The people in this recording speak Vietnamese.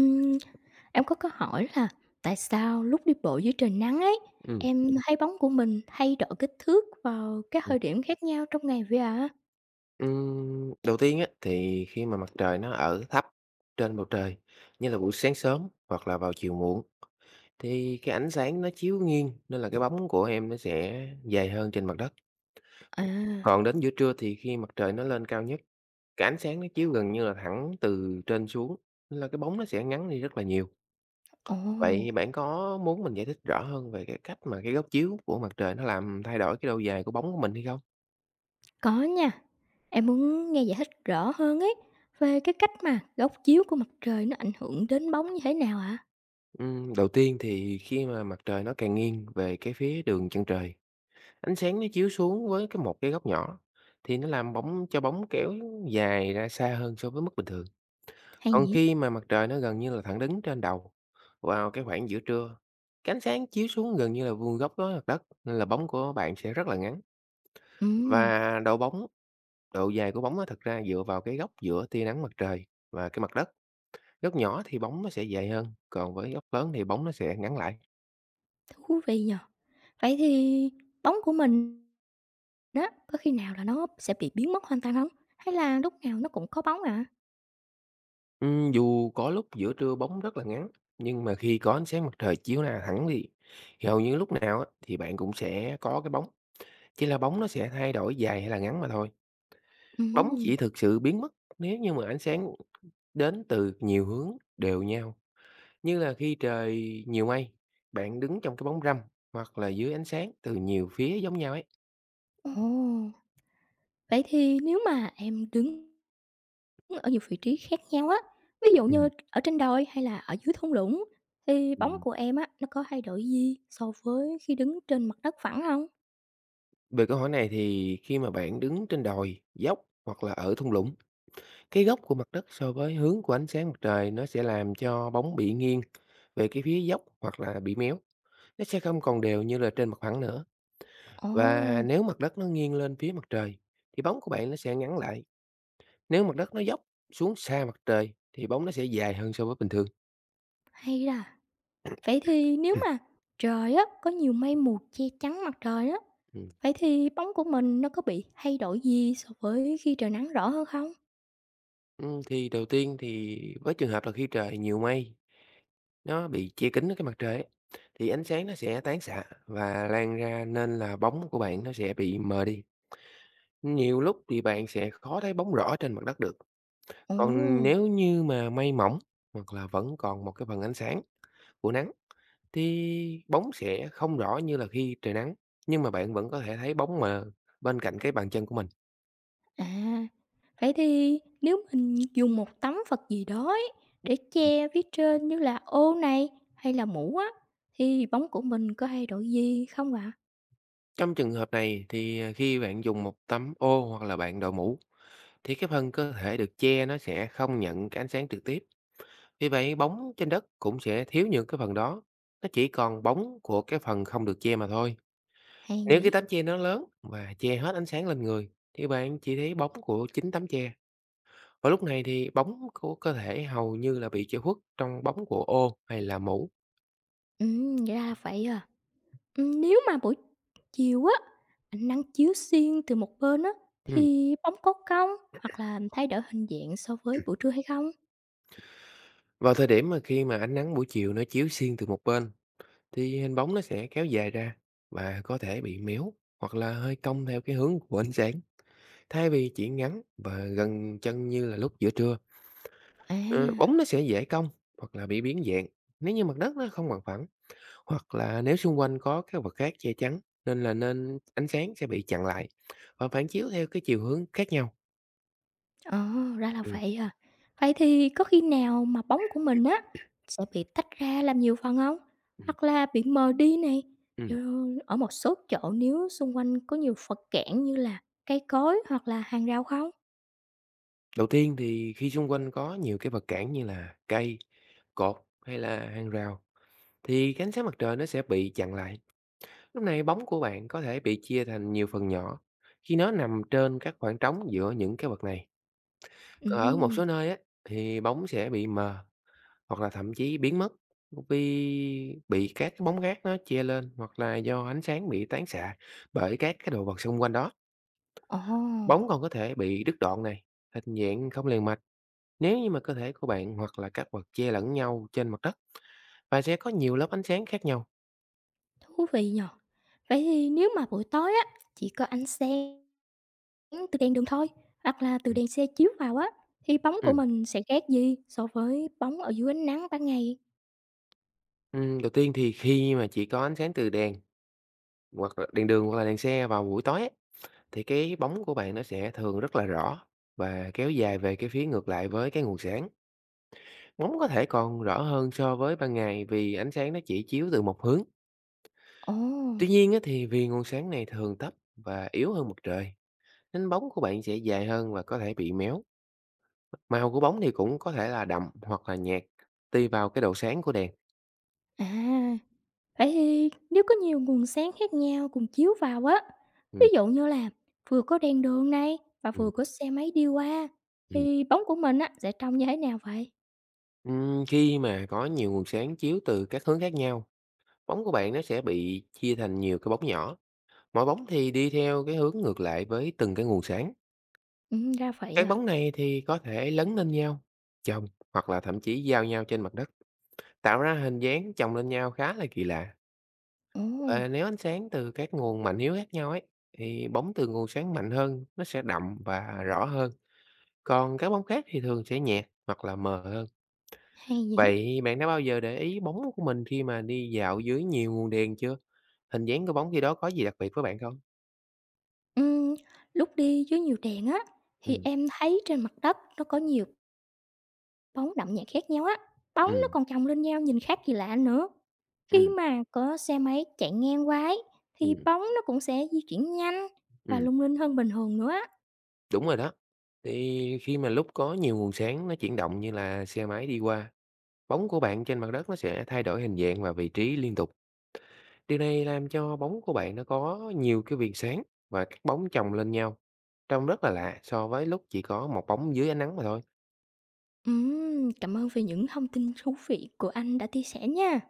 Ừm, em có câu hỏi là tại sao lúc đi bộ dưới trời nắng ấy, Ừ, em thấy bóng của mình thay đổi kích thước vào các ừm. thời điểm khác nhau trong ngày vậy ạ? Đầu tiên á, thì khi mà mặt trời nó ở thấp trên bầu trời, như là buổi sáng sớm hoặc là vào chiều muộn, thì cái ánh sáng nó chiếu nghiêng nên là cái bóng của em nó sẽ dài hơn trên mặt đất. À, Còn đến giữa trưa thì khi mặt trời nó lên cao nhất, cái ánh sáng nó chiếu gần như là thẳng từ trên xuống, nên là cái bóng nó sẽ ngắn đi rất là nhiều. ồ, Vậy bạn có muốn mình giải thích rõ hơn về cái cách mà cái góc chiếu của mặt trời nó làm thay đổi cái độ dài của bóng của mình hay không? có nha. Em muốn nghe giải thích rõ hơn ấy về cái cách mà góc chiếu của mặt trời nó ảnh hưởng đến bóng như thế nào ạ? Đầu tiên thì khi mà mặt trời nó càng nghiêng về cái phía đường chân trời, ánh sáng nó chiếu xuống với cái một cái góc nhỏ thì nó làm cho bóng kéo dài ra xa hơn so với mức bình thường. Hay Còn nhỉ? khi mà mặt trời nó gần như là thẳng đứng trên đầu vào cái khoảng giữa trưa, cái ánh sáng chiếu xuống gần như là vuông góc với mặt đất nên là bóng của bạn sẽ rất là ngắn, Ừm, và độ dài của bóng nó thật ra dựa vào cái góc giữa tia nắng mặt trời và cái mặt đất. Góc nhỏ thì bóng nó sẽ dài hơn, còn với góc lớn thì bóng nó sẽ ngắn lại. thú vị nhờ. Vậy thì bóng của mình đó, có khi nào là nó sẽ bị biến mất hoàn toàn không? Hay là lúc nào nó cũng có bóng ạ? Dù có lúc giữa trưa bóng rất là ngắn, nhưng mà khi có ánh sáng mặt trời chiếu là thẳng đi, thì hầu như lúc nào á, thì bạn cũng sẽ có cái bóng. Chỉ là bóng nó sẽ thay đổi dài hay là ngắn mà thôi. Bóng Ừm, chỉ thực sự biến mất nếu như mà ánh sáng đến từ nhiều hướng đều nhau. Như là khi trời nhiều mây, bạn đứng trong cái bóng râm hoặc là dưới ánh sáng từ nhiều phía giống nhau ấy. ồ. Vậy thì nếu mà em đứng ở nhiều vị trí khác nhau á, ví dụ Ừ. như ở trên đồi hay là ở dưới thung lũng, thì bóng Ừm, của em á, nó có thay đổi gì so với khi đứng trên mặt đất phẳng không? Về câu hỏi này, thì khi mà bạn đứng trên đồi, dốc hoặc là ở thung lũng, cái góc của mặt đất so với hướng của ánh sáng mặt trời nó sẽ làm cho bóng bị nghiêng về cái phía dốc hoặc là bị méo. Nó sẽ không còn đều như là trên mặt phẳng nữa. Và Ồ, nếu mặt đất nó nghiêng lên phía mặt trời thì bóng của bạn nó sẽ ngắn lại. Nếu mặt đất nó dốc xuống xa mặt trời thì bóng nó sẽ dài hơn so với bình thường. hay là vậy thì nếu Ừ. mà trời á, có nhiều mây mù che chắn mặt trời á, Ừ, vậy thì bóng của mình nó có bị thay đổi gì so với khi trời nắng rõ hơn không? ừ, thì đầu tiên thì với trường hợp là khi trời nhiều mây nó bị che kín cái mặt trời ấy, thì ánh sáng nó sẽ tán xạ và lan ra nên là bóng của bạn nó sẽ bị mờ đi. Nhiều lúc thì bạn sẽ khó thấy bóng rõ trên mặt đất được. Ồ! Còn nếu như mà mây mỏng hoặc là vẫn còn một cái phần ánh sáng của nắng thì bóng sẽ không rõ như là khi trời nắng. Nhưng mà bạn vẫn có thể thấy bóng mờ bên cạnh cái bàn chân của mình. À, vậy thì nếu mình dùng một tấm vật gì đó ấy để che phía trên như là ô này hay là mũ á thì bóng của mình có thay đổi gì không ạ? Trong trường hợp này thì khi bạn dùng một tấm ô hoặc là bạn đội mũ thì cái phần cơ thể được che nó sẽ không nhận cái ánh sáng trực tiếp. Vì vậy bóng trên đất cũng sẽ thiếu những cái phần đó. Nó chỉ còn bóng của cái phần không được che mà thôi. Hay Nếu cái nhỉ? tấm che nó lớn và che hết ánh sáng lên người, thì bạn chỉ thấy bóng của chính tấm che. Và lúc này thì bóng của cơ thể hầu như là bị che khuất trong bóng của ô hay là mũ. Ừ, vậy ra là vậy à. Ừ, nếu mà buổi chiều á, ánh nắng chiếu xuyên từ một bên á Ừ. thì bóng có cong hoặc là thay đổi hình dạng so với buổi trưa hay không? Vào thời điểm mà khi mà ánh nắng buổi chiều nó chiếu xuyên từ một bên, thì hình bóng nó sẽ kéo dài ra và có thể bị méo hoặc là hơi cong theo cái hướng của ánh sáng, thay vì chỉ ngắn và gần chân như là lúc giữa trưa. À. Ờ, bóng nó sẽ dễ cong hoặc là bị biến dạng nếu như mặt đất nó không bằng phẳng. Hoặc là nếu xung quanh có các vật khác che chắn nên là ánh sáng sẽ bị chặn lại và phản chiếu theo cái chiều hướng khác nhau. Ờ, ra là Ừm, vậy à. Vậy thì có khi nào mà bóng của mình á sẽ bị tách ra làm nhiều phần không? ừm, Hoặc là bị mờ đi này, ừm. rồi ở một số chỗ nếu xung quanh có nhiều vật cản như là cây cối hoặc là hàng rào không? Đầu tiên thì khi xung quanh có nhiều cái vật cản như là cây, cột hay là hàng rào, thì cái ánh sáng mặt trời nó sẽ bị chặn lại. Lúc này bóng của bạn có thể bị chia thành nhiều phần nhỏ khi nó nằm trên các khoảng trống giữa những cái vật này. Còn ở một Ừm, số nơi á, thì bóng sẽ bị mờ hoặc là thậm chí biến mất vì bị các cái bóng rác nó che lên, hoặc là do ánh sáng bị tán xạ bởi các cái đồ vật xung quanh đó. ồ, Bóng còn có thể bị đứt đoạn này, hình dạng không liền mạch nếu như mà cơ thể của bạn hoặc là các vật che lẫn nhau trên mặt đất và sẽ có nhiều lớp ánh sáng khác nhau. thú vị nhỉ. Vậy thì nếu mà buổi tối á, chỉ có ánh sáng từ đèn đường thôi, hoặc là Ừ. từ đèn xe chiếu vào á, thì bóng của Ừm, mình sẽ khác gì so với bóng ở dưới ánh nắng ban ngày? đầu tiên thì khi mà chỉ có ánh sáng từ đèn, hoặc là đèn đường hoặc là đèn xe vào buổi tối á, thì cái bóng của bạn nó sẽ thường rất là rõ và kéo dài về cái phía ngược lại với cái nguồn sáng. Bóng có thể còn rõ hơn so với ban ngày vì ánh sáng nó chỉ chiếu từ một hướng. Ồ, Tuy nhiên á, thì vì nguồn sáng này thường thấp và yếu hơn mặt trời, nên bóng của bạn sẽ dài hơn và có thể bị méo. Màu của bóng thì cũng có thể là đậm hoặc là nhạt, tùy vào cái độ sáng của đèn. à. Vậy thì nếu có nhiều nguồn sáng khác nhau cùng chiếu vào á, ví Ừ, dụ như là vừa có đèn đường này và ừ, vừa có xe máy đi qua, ừ. thì bóng của mình á sẽ trông như thế nào vậy? Khi mà có nhiều nguồn sáng chiếu từ các hướng khác nhau, bóng của bạn nó sẽ bị chia thành nhiều cái bóng nhỏ. Mỗi bóng thì đi theo cái hướng ngược lại với từng cái nguồn sáng. Ừ, ra vậy Các à? bóng này thì có thể lấn lên nhau, chồng hoặc là thậm chí giao nhau trên mặt đất, tạo ra hình dáng chồng lên nhau khá là kỳ lạ. Ồ, Và nếu ánh sáng từ các nguồn mạnh yếu khác nhau ấy, thì bóng từ nguồn sáng mạnh hơn nó sẽ đậm và rõ hơn, còn các bóng khác thì thường sẽ nhạt hoặc là mờ hơn. hay nhỉ? Vậy bạn đã bao giờ để ý bóng của mình khi mà đi dạo dưới nhiều nguồn đèn chưa? Hình dáng của bóng khi đó có gì đặc biệt với bạn không? Ừ, lúc đi dưới nhiều đèn á, thì Ừm, em thấy trên mặt đất nó có nhiều bóng đậm nhạt khác nhau á. Bóng nó ừm, còn chồng lên nhau nhìn khác kỳ lạ nữa. Khi ừm, mà có xe máy chạy ngang qua ấy, thì ừm, bóng nó cũng sẽ di chuyển nhanh và ừm. lung linh hơn bình thường nữa. Đúng rồi đó. Thì khi mà lúc có nhiều nguồn sáng nó chuyển động như là xe máy đi qua, bóng của bạn trên mặt đất nó sẽ thay đổi hình dạng và vị trí liên tục. Điều này làm cho bóng của bạn nó có nhiều cái viền sáng và các bóng chồng lên nhau, trông rất là lạ so với lúc chỉ có một bóng dưới ánh nắng mà thôi. Cảm ơn về những thông tin thú vị của anh đã chia sẻ nha.